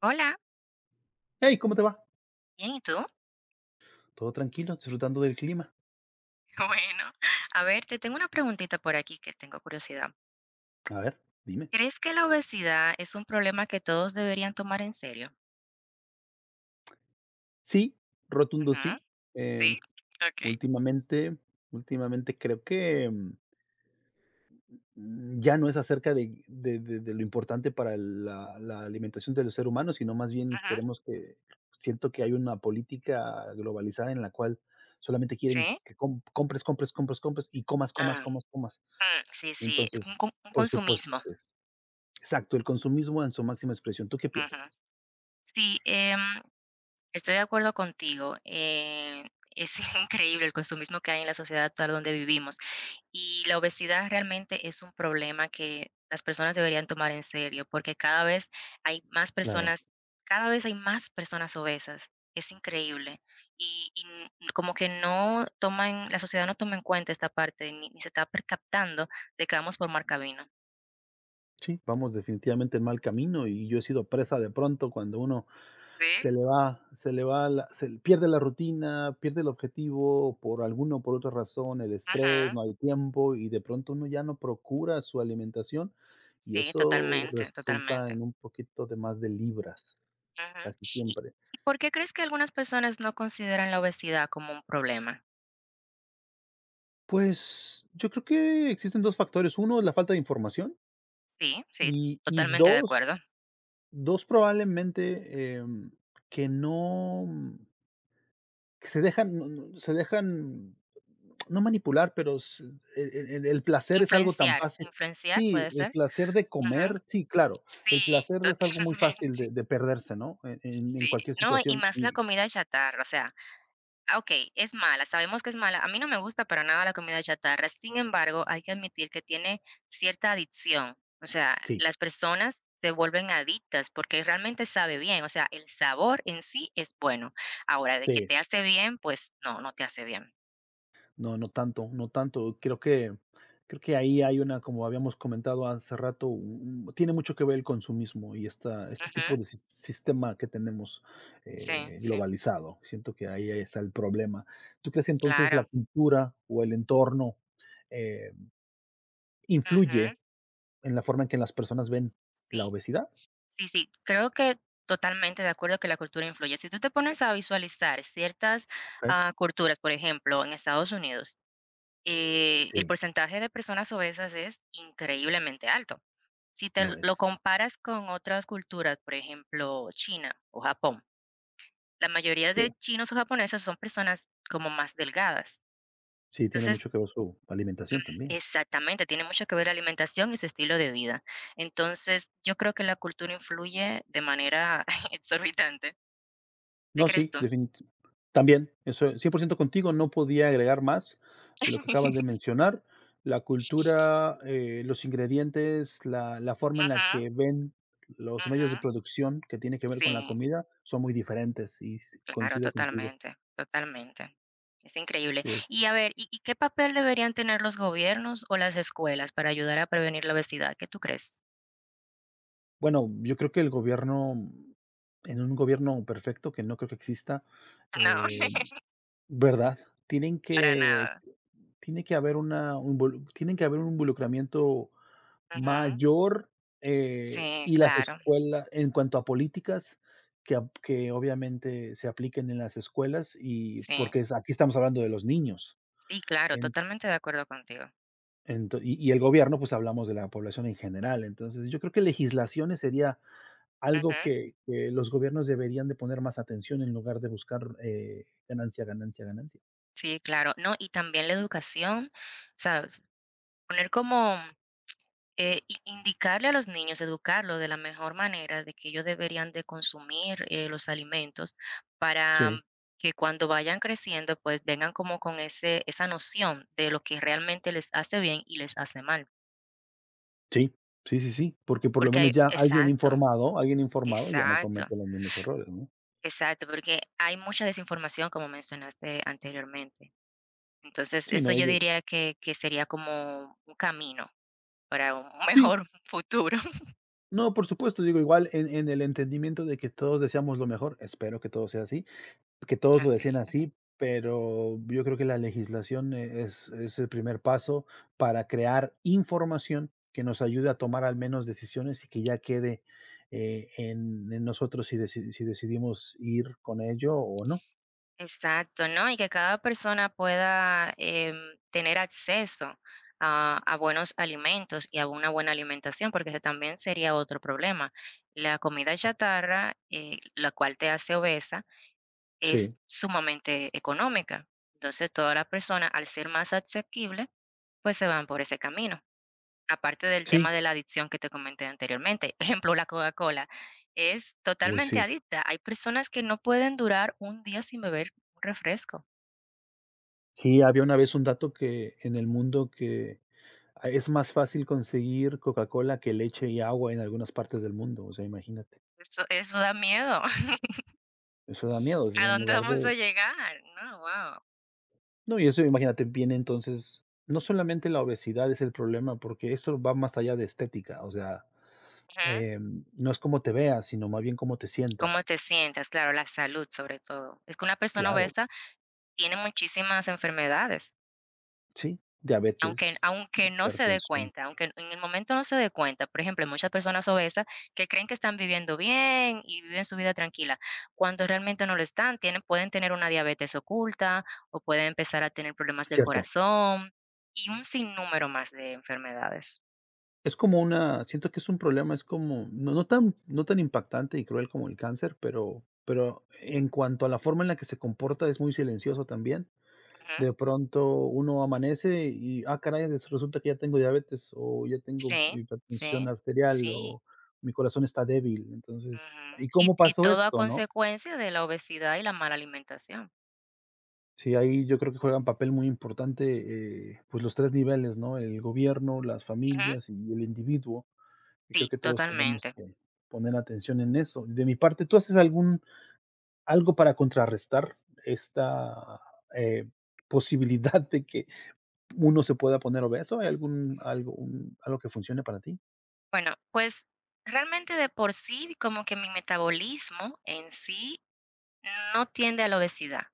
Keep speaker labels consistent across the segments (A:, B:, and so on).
A: Hola,
B: Hey, ¿cómo te va?
A: bien, ¿y tú?
B: Todo tranquilo, disfrutando del clima.
A: Bueno, a ver, te tengo una preguntita por aquí que tengo curiosidad.
B: A ver, dime.
A: ¿Crees que la obesidad es un problema que todos deberían tomar en serio?
B: Sí, rotundo
A: Ujú,
B: sí. Em,
A: sí, ok.
B: últimamente, últimamente creo que ya no es acerca de lo importante para la alimentación de los seres humanos, sino más bien
A: Ujú,
B: siento que hay una política globalizada en la cual solamente quieren
A: sí.
B: que compres, compres, compres, compres y comas, comas,
A: Mm,
B: comas, comas.
A: mm, sí, sí, es un,
B: Entonces,
A: con- un
B: por supuesto
A: consumismo.
B: que es. Exacto, el consumismo en su máxima expresión. ¿Tú qué
A: Ujú.
B: piensas?
A: Sí, estoy de acuerdo contigo. Es increíble el consumismo que hay en la sociedad actual donde vivimos. Y la obesidad realmente es un problema que las personas deberían tomar en serio, porque cada vez hay más
B: Claro.
A: personas, cada vez hay más personas obesas. Es increíble. Y, como que no toman, la sociedad no toma en cuenta esta parte, ni se está captando de que vamos por mal camino.
B: Sí, vamos definitivamente en mal camino y yo he sido presa de pronto cuando uno
A: Sí,
B: se le va la se le- pierde la rutina, pierde el objetivo por alguna o por otra razón, el estrés,
A: ujú,
B: no hay tiempo y de pronto uno ya no procura su alimentación y
A: sí,
B: eso
A: totalmente,
B: resulta
A: totalmente.
B: en un poquito de más de libras,
A: Ujú.
B: casi
A: ¿Y
B: siempre.
A: por qué crees que algunas personas no consideran la obesidad como un problema?
B: Pues, yo creo que existen 2 factores: uno es la falta de información
A: Sí, sí,
B: y
A: totalmente de
B: dos
A: acuerdo.
B: dos probablemente, que no que se dejan, no se dejan, no manipular, pero s el placer es algo tan
A: Influenciar,
B: fácil.
A: influenciar
B: Sí,
A: puede
B: el
A: ser.
B: placer de
A: Ujú.
B: comer, sí, claro, el
A: Sí,
B: placer es algo muy fácil
A: totalmente,
B: de perderse, ¿no? En
A: sí.
B: cualquier
A: No, y
B: situación.
A: más la
B: Y
A: comida chatarra, o sea, ah, okey, es mala, sabemos que es mala. A mí no me gusta para nada la comida chatarra. Sin embargo, hay que admitir que tiene cierta adicción. O sea,
B: sí,
A: las personas se vuelven adictas porque realmente sabe bien. O sea, el sabor en sí es bueno. Ahora, de que
B: sí.
A: te hace bien, pues no, no te hace bien.
B: No, no tanto, no tanto. Creo que ahí hay una, como habíamos comentado hace rato, tiene mucho que ver el consumismo y este
A: Ujú.
B: tipo de sistema que tenemos,
A: Sí, sí,
B: globalizado. Siento que ahí está el problema. ¿Tú crees que entonces la
A: claro.
B: cultura o el entorno, eh,
A: Ujú.
B: influye en la forma en que las personas ven la
A: Sí,
B: obesidad?
A: sí, sí. Creo que totalmente de acuerdo que la cultura influye. Si tú te pones a visualizar ciertas,
B: Ok.
A: culturas, por ejemplo, en Estados Unidos el
B: Sí,
A: porcentaje de personas obesas es increíblemente alto. Si te
B: lo
A: lo
B: es.
A: comparas con otras culturas, por ejemplo, China o Japón, la mayoría
B: Sí,
A: de chinos o japoneses son personas como más delgadas.
B: sí tiene
A: Entonces,
B: mucho que ver su alimentación también.
A: exactamente, tiene mucho que ver la alimentación y su estilo de vida. Entonces, yo creo que la cultura influye de manera exorbitante. ¿Qué
B: No,
A: crees
B: sí,
A: tú?
B: definit también, eso 100% contigo, no podía agregar más de lo que acabas de mencionar. La cultura, los ingredientes, la forma en la
A: Ujú,
B: que ven los medios de
A: ujú,
B: producción que tiene que ver con la
A: sí.
B: comida son muy diferentes y s
A: Claro,
B: coincido contigo.
A: totalmente, totalmente. Es increíble.
B: Sí, es
A: Y a ver, ¿y qué papel deberían tener los gobiernos o las escuelas para ayudar a prevenir la obesidad? ¿Qué tú crees?
B: bueno, yo creo que el gobierno, en un gobierno perfecto, que no creo que exista,
A: No,
B: eh, ¿verdad? Tienen
A: para
B: que
A: nada.
B: tienen que haber un involucramiento
A: Ujú.
B: mayor,
A: Sí,
B: y las
A: claro,
B: escuelas en cuanto a políticas que obviamente se apliquen en las escuelas, y
A: sí.
B: porque es aquí estamos hablando de los niños,
A: Sí, claro,
B: en
A: totalmente de acuerdo contigo.
B: ento y el gobierno, pues, hablamos de la población en general. Entonces, yo creo que legislaciones sería algo
A: Ujú.
B: que los gobiernos deberían de poner más atención en lugar de buscar, ganancia, ganancia, ganancia.
A: Sí, claro. No, y también la educación, ¿sabes? Poner como indicarle a los niños, educarlos de la mejor manera de que ellos deberían de consumir los alimentos para
B: Sí,
A: que cuando vayan creciendo, pues vengan como con ese, esa noción de lo que realmente les hace bien y les hace mal.
B: sí, sí, sí, sí, porque por lo
A: Porque hay,
B: menos ya alguien
A: exacto,
B: informado, alguien informado ya no
A: exacto,
B: comete los mismos errores, ¿no?
A: exacto, porque hay mucha desinformación, como mencionaste anteriormente. Entonces,
B: Sí,
A: eso
B: no,
A: yo
B: ellos
A: diría que sería como un camino para un
B: sí.
A: mejor futuro.
B: No, por supuesto, digo, igual en el entendimiento de que todos deseamos lo mejor, espero que todo sea así, que todos lo deseen
A: Así es.
B: así, pero yo creo que la legislación es el primer paso para crear información que nos ayude a tomar al menos decisiones, y que ya quede, en nosotros, si decidimos ir con ello o no.
A: Exacto, ¿no? Y que cada persona pueda tener acceso a buenos alimentos y a una buena alimentación, porque ese también sería otro problema. La comida chatarra, la cual te hace obesa, es
B: Sí,
A: sumamente económica. Entonces, todas las personas, al ser más asequible, pues se van por ese camino. Aparte del tema
B: sí,
A: de la adicción que te comenté anteriormente, ejemplo, la Coca-Cola es
B: uy,
A: totalmente
B: sí.
A: adicta. Hay personas que no pueden durar un día sin beber un refresco.
B: Sí, había una vez un dato que en el mundo que Ah, es más fácil conseguir Coca-Cola que leche y agua en algunas partes del mundo, o sea, imagínate.
A: Eso da miedo.
B: Eso da miedo, o sea,
A: ¿A
B: en
A: dónde
B: lugar de
A: vamos a llegar? No, wow.
B: no, y eso, imagínate, viene entonces. No solamente la obesidad es el problema, porque esto va más allá de estética, o sea,
A: Ujú.
B: no es cómo te veas, sino más bien cómo te
A: ¿Cómo
B: sientas.
A: te sientas? Claro, la salud, sobre todo. Es que una persona
B: Claro,
A: obesa tiene muchísimas enfermedades,
B: sí,
A: aunque
B: diabetes,
A: aunque no se dé
B: hipertensión,
A: cuenta, aunque en el momento no se dé cuenta. Por ejemplo, hay muchas personas obesas que creen que están viviendo bien y viven su vida tranquila, cuando realmente no lo están. Tienen pueden tener una diabetes oculta o pueden empezar a tener problemas del
B: ¿cierto?
A: corazón y un sinnúmero más de enfermedades.
B: Es como una siento que es un problema, es como no tan impactante y cruel como el cáncer, pero en cuanto a la forma en la que se comporta, es muy silencioso también. De pronto uno amanece y, ah, caray, des resulta que ya tengo diabetes, o ya tengo
A: Sí,
B: hipertensión
A: sí,
B: arterial,
A: sí.
B: o mi corazón está débil. Entonces,
A: Ujú.
B: ¿y
A: Y
B: cómo pasó
A: todo a
B: esto, no?
A: consecuencia de la obesidad y la mala alimentación.
B: Sí, ahí yo creo que juegan papel muy importante, pues los 3 niveles, ¿no? El gobierno, las
A: Ujú.
B: familias y el individuo. Y creo
A: Sí,
B: que todos tenemos
A: totalmente.
B: que poner atención en eso. De mi parte, ¿tú haces algún algo para contrarrestar esta, eh, posibilidad de que uno se pueda poner obeso? ¿Hay algún algo un algo que funcione para ti?
A: Bueno, pues, realmente de por sí, como que mi metabolismo en sí no tiende a la obesidad.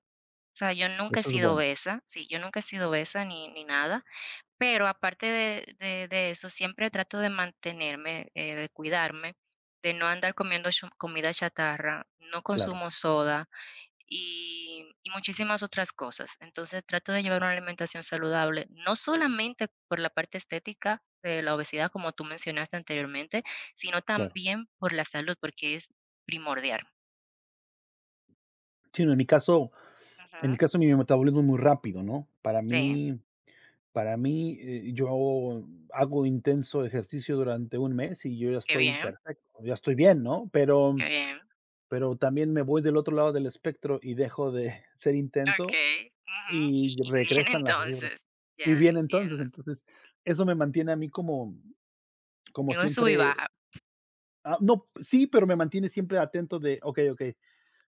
A: O sea, yo nunca he
B: Eso es
A: sido
B: bueno,
A: obesa, sí, yo nunca he sido obesa ni nada. Pero aparte de eso, siempre trato de mantenerme, de cuidarme, de no andar comiendo cho comida chatarra, no
B: claro,
A: consumo soda y muchísimas otras cosas. Entonces, trato de llevar una alimentación saludable, no solamente por la parte estética de la obesidad, como tú mencionaste anteriormente, sino
B: claro.
A: también por la salud, porque es primordial.
B: Sí, no, en mi caso, en
A: Ujú.
B: mi caso, mi metabolismo es muy rápido, ¿no? Para
A: Sí,
B: mí para mí, yo hago intenso ejercicio durante un mes y yo ya
A: qué
B: estoy
A: bien,
B: perfecto, ya estoy bien, ¿no?
A: qué
B: Pero
A: bien.
B: Pero también me voy del otro lado del espectro y dejo de ser intenso
A: Okey. Ujú. Y
B: y
A: bien,
B: regresan las libras.
A: entonces.
B: Y
A: Ya,
B: bien, entonces,
A: entiendo.
B: eso me mantiene a mí como
A: En un sub y
B: siempre.
A: baja.
B: Ah, no, sí, pero me mantiene siempre atento de: "Okey, okey,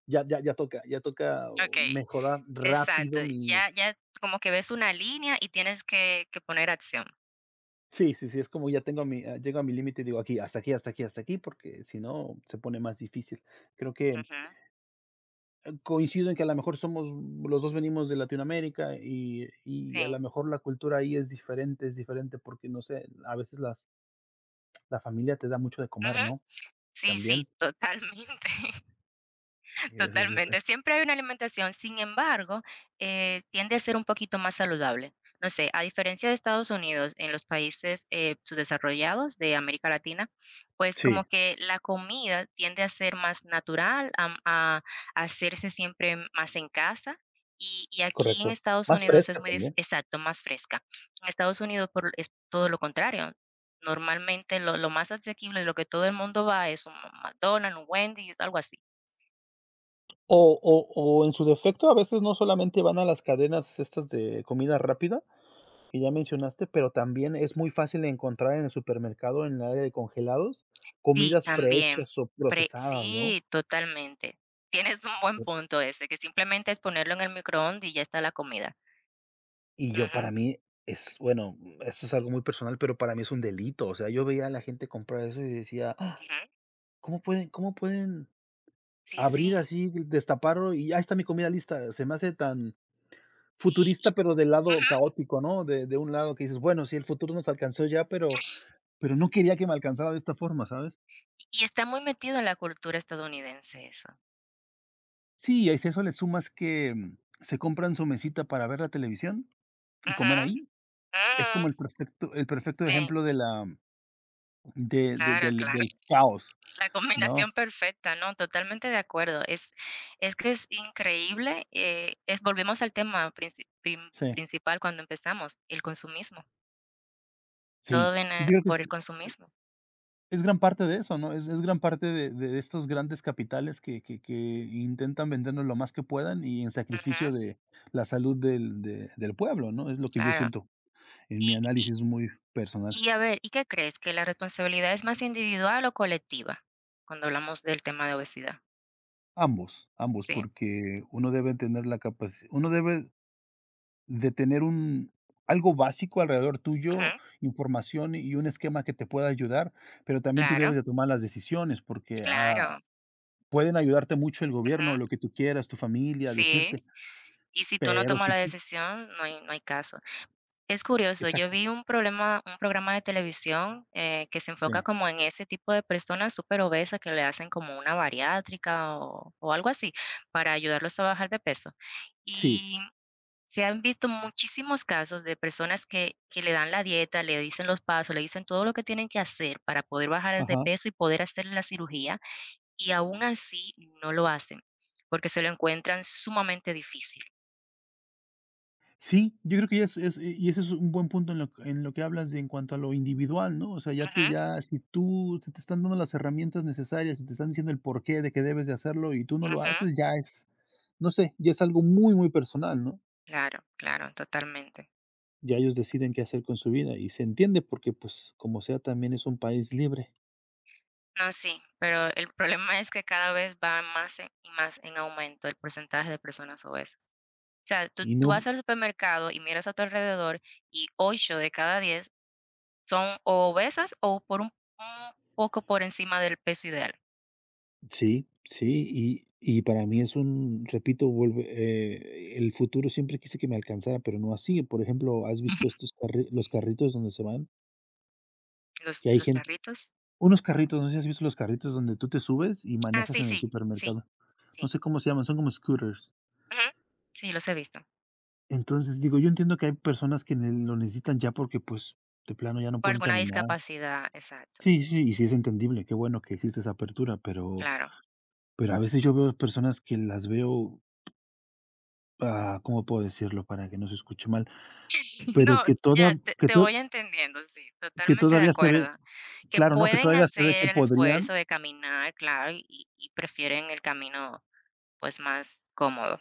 B: ya, ya, ya toca
A: Okey,
B: mejorar
A: exacto.
B: rápido mi".
A: Ya ya como que ves una línea y tienes que poner acción.
B: Sí, sí, sí, es como ya tengo mi. Ah, llego a mi límite y digo: "Aquí, hasta aquí, hasta aquí, hasta aquí", porque si no se pone más difícil. Creo que
A: Ujú.
B: coincido en que a lo mejor somos, los dos venimos de Latinoamérica, y a
A: Sí.
B: lo mejor la cultura ahí es diferente porque, no sé, a veces la familia te da mucho de comer,
A: Ujú.
B: ¿no?
A: Sí, sí,
B: También.
A: totalmente.
B: Y
A: Totalmente. Siempre hay una alimentación, sin embargo, tiende a ser un poquito más saludable. No sé, a diferencia de Estados Unidos, en los países subdesarrollados de América Latina, pues como
B: sí,
A: que la comida tiende a ser más natural, a hacerse siempre más en casa. Y aquí en
B: correcto.
A: Estados
B: Más
A: Unidos es
B: fresca
A: muy
B: también.
A: exacto, más fresca. En Estados Unidos es todo lo contrario. Normalmente lo más asequible, lo que todo el mundo va es un McDonald's, un Wendy's, algo así.
B: O, o, o en su defecto, a veces no solamente van a las cadenas estas de comida rápida, que ya mencionaste, pero también es muy fácil encontrar en el supermercado, en el área de congelados,
A: Sí,
B: comidas
A: también.
B: prehechas o
A: Pre
B: procesadas, ¿no?
A: sí, totalmente. Tienes un buen punto ese, que simplemente es ponerlo en el microondas y ya está la comida.
B: Y yo,
A: Ujú,
B: para mí es bueno, eso es algo muy personal, pero para mí es un delito. O sea, yo veía a la gente comprar eso y decía: "¡Ah!
A: ujú.
B: ¿Cómo pueden
A: Sí,
B: abrir
A: sí,
B: así, destaparlo y ahí está mi comida lista?". Se me hace tan
A: sí,
B: futurista,
A: y
B: pero del lado
A: ujú.
B: caótico, ¿no? De un lado que dices: "Bueno, sí, el futuro nos alcanzó ya, pero no quería que me alcanzara de esta forma", ¿sabes?
A: Y está muy metido en la cultura estadounidense eso.
B: Sí, y si a eso le sumas que se compran su mesita para ver la televisión y
A: Ujú,
B: comer ahí, es
A: mm,
B: como el perfecto
A: sí,
B: ejemplo de la de
A: claro,
B: del
A: claro.
B: del caos.
A: La
B: No,
A: combinación perfecta, no, totalmente de acuerdo. Es que es increíble, es volvemos al tema
B: sí,
A: principal cuando empezamos, el consumismo. Todo
B: sí, sí,
A: viene
B: yo creo
A: por
B: que
A: el
B: es
A: consumismo.
B: es gran parte de eso, ¿no? Es gran parte de estos grandes capitales que intentan vendernos lo más que puedan y en sacrificio
A: Ujú,
B: de la salud del pueblo, ¿no? Es lo que yo
A: claro.
B: siento en mi
A: Y
B: análisis muy personal.
A: a ver, ¿y qué crees? ¿Que la responsabilidad es más individual o colectiva? Cuando hablamos del tema de obesidad,
B: Ambos, ambos,
A: ¿sí?
B: porque uno debe tener la capacidad, uno debe de tener un algo básico alrededor
A: Ujú.
B: tuyo, información y un esquema que te pueda ayudar, pero también tú
A: Claro,
B: debes de tomar las decisiones, porque a.
A: claro.
B: Pueden ayudarte mucho el gobierno, lo
A: Ujú.
B: que tú quieras, tu familia,
A: Sí,
B: decirte,
A: y si tú no
B: pero
A: tomas
B: si
A: la
B: tú.
A: decisión, no hay caso. Es curioso, yo
B: Exacto,
A: vi un problema un programa de televisión, que se enfoca
B: sí,
A: como en ese tipo de personas súper obesas que le hacen como una bariátrica o algo así, para ayudarlos a bajar de peso.
B: sí,
A: Y se han visto muchísimos casos de personas que le dan la dieta, le dicen los pasos, le dicen todo lo que tienen que hacer para poder bajar de
B: ajá.
A: peso y poder hacer la cirugía, y aún así no lo hacen, porque se lo encuentran sumamente difícil.
B: Sí, yo creo que ya es, y ese es un buen punto en lo que hablas de, en cuanto a lo individual, ¿no? O sea, ya te,
A: Ujú,
B: si tú se te están dando las herramientas necesarias, si te están diciendo el porqué de que debes de hacerlo y tú no lo
A: ujú.
B: haces, ya es, no sé, ya es algo muy, muy personal, ¿no?
A: Claro, claro, totalmente.
B: Ya ellos deciden qué hacer con su vida y se entiende, porque, pues, como sea, también es un país libre.
A: No, sí, pero el problema es que cada vez va más en y más en aumento el porcentaje de personas obesas. O sea, tú
B: Y
A: tú
B: no.
A: vas al supermercado y miras a tu alrededor y 8 de cada 10 son o obesas o por un poco por encima del peso ideal.
B: Sí, sí, y para mí es un, repito, vuelve, el futuro siempre quise que me alcanzara, pero no así. Por ejemplo, ¿has visto estos carri los carritos donde se van? Que hay
A: Los
B: gente,
A: carritos,
B: unos
A: ¿cómo?
B: carritos, no sé si has visto los carritos donde tú te subes y
A: Ah,
B: manejas
A: sí,
B: en el
A: sí, sí,
B: supermercado. No
A: sí.
B: sé cómo se llaman, son como scooters.
A: Ujú. Sí, los he visto.
B: Entonces, digo, yo entiendo que hay personas que ne lo necesitan ya porque, pues, de plano ya no
A: Por
B: pueden
A: alguna
B: caminar.
A: discapacidad, exacto,
B: Sí, sí, y sí es entendible, qué bueno que existe esa apertura, pero
A: claro.
B: pero a veces yo veo personas que las veo Ah, ¿cómo puedo decirlo para que no se escuche mal? Pero
A: No,
B: que toda
A: ya te
B: que to
A: voy entendiendo, sí,
B: que
A: totalmente de
B: todavía se ve,
A: acuerdo. Que
B: claro, ¿no? Que
A: pueden
B: todavía se ve que
A: hacer el
B: podrían.
A: esfuerzo de caminar, claro, y prefieren el camino, pues, más cómodo.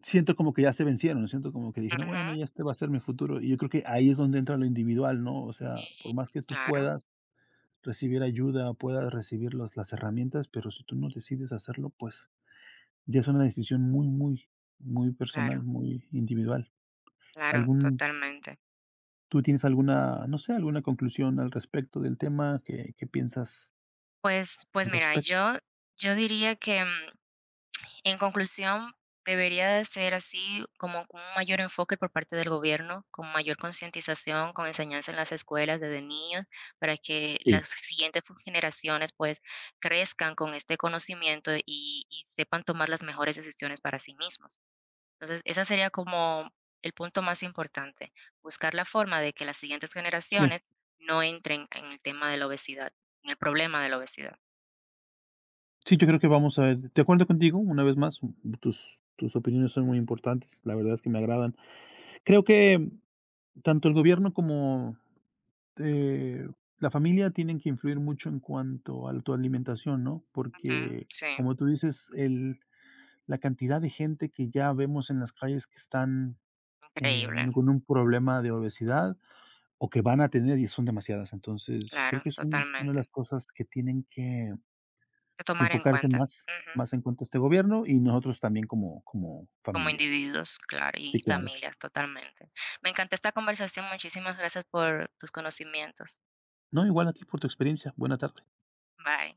B: Siento como que ya se vencieron, ¿no? Siento como que dijeron: "Bueno,
A: Ujú.
B: ya este va a ser mi futuro". Y yo creo que ahí es donde entra lo individual, ¿no? O sea, por más que tú
A: Claro,
B: puedas recibir ayuda, puedas recibir los las herramientas, pero si tú no decides hacerlo, pues, ya es una decisión muy, muy, muy personal,
A: claro,
B: muy individual.
A: claro,
B: ¿Algún
A: totalmente.
B: tú tienes alguna, no sé, alguna conclusión al respecto del tema? ¿Qué piensas
A: Pues pues
B: al
A: mira,
B: respecto?
A: yo diría que en conclusión, debería de ser así como con un mayor enfoque por parte del gobierno, con mayor concientización, con enseñanza en las escuelas desde niños, para que
B: Sí.
A: las siguientes generaciones pues crezcan con este conocimiento y sepan tomar las mejores decisiones para sí mismos. Entonces, esa sería como el punto más importante, buscar la forma de que las siguientes
B: Sí,
A: generaciones no entren en el tema de la obesidad, en el problema de la obesidad.
B: sí, yo creo que vamos a ver. De acuerdo contigo, una vez más, tus opiniones son muy importantes, la verdad es que me agradan. Creo que, tanto el gobierno como, eh, la familia, tienen que influir mucho en cuanto a tu alimentación, ¿no?
A: Ujú,
B: Porque,
A: sí,
B: como tú dices, la cantidad de gente que ya vemos en las calles que están,
A: increíble,
B: con un problema de obesidad o que van a tener, y son demasiadas. Entonces, creo
A: claro,
B: que es una de las
A: totalmente.
B: cosas que tienen que
A: Que
B: que
A: tomar en
B: enfocarse
A: cuenta.
B: más
A: Ujú.
B: más en cuanto a este gobierno, y nosotros también, como
A: Como
B: familias.
A: individuos, claro,
B: Sí,
A: y
B: claro.
A: familias, totalmente. Me encantó esta conversación. Muchísimas gracias por tus conocimientos.
B: No, igual a ti por tu experiencia. Buena tarde.
A: Bye.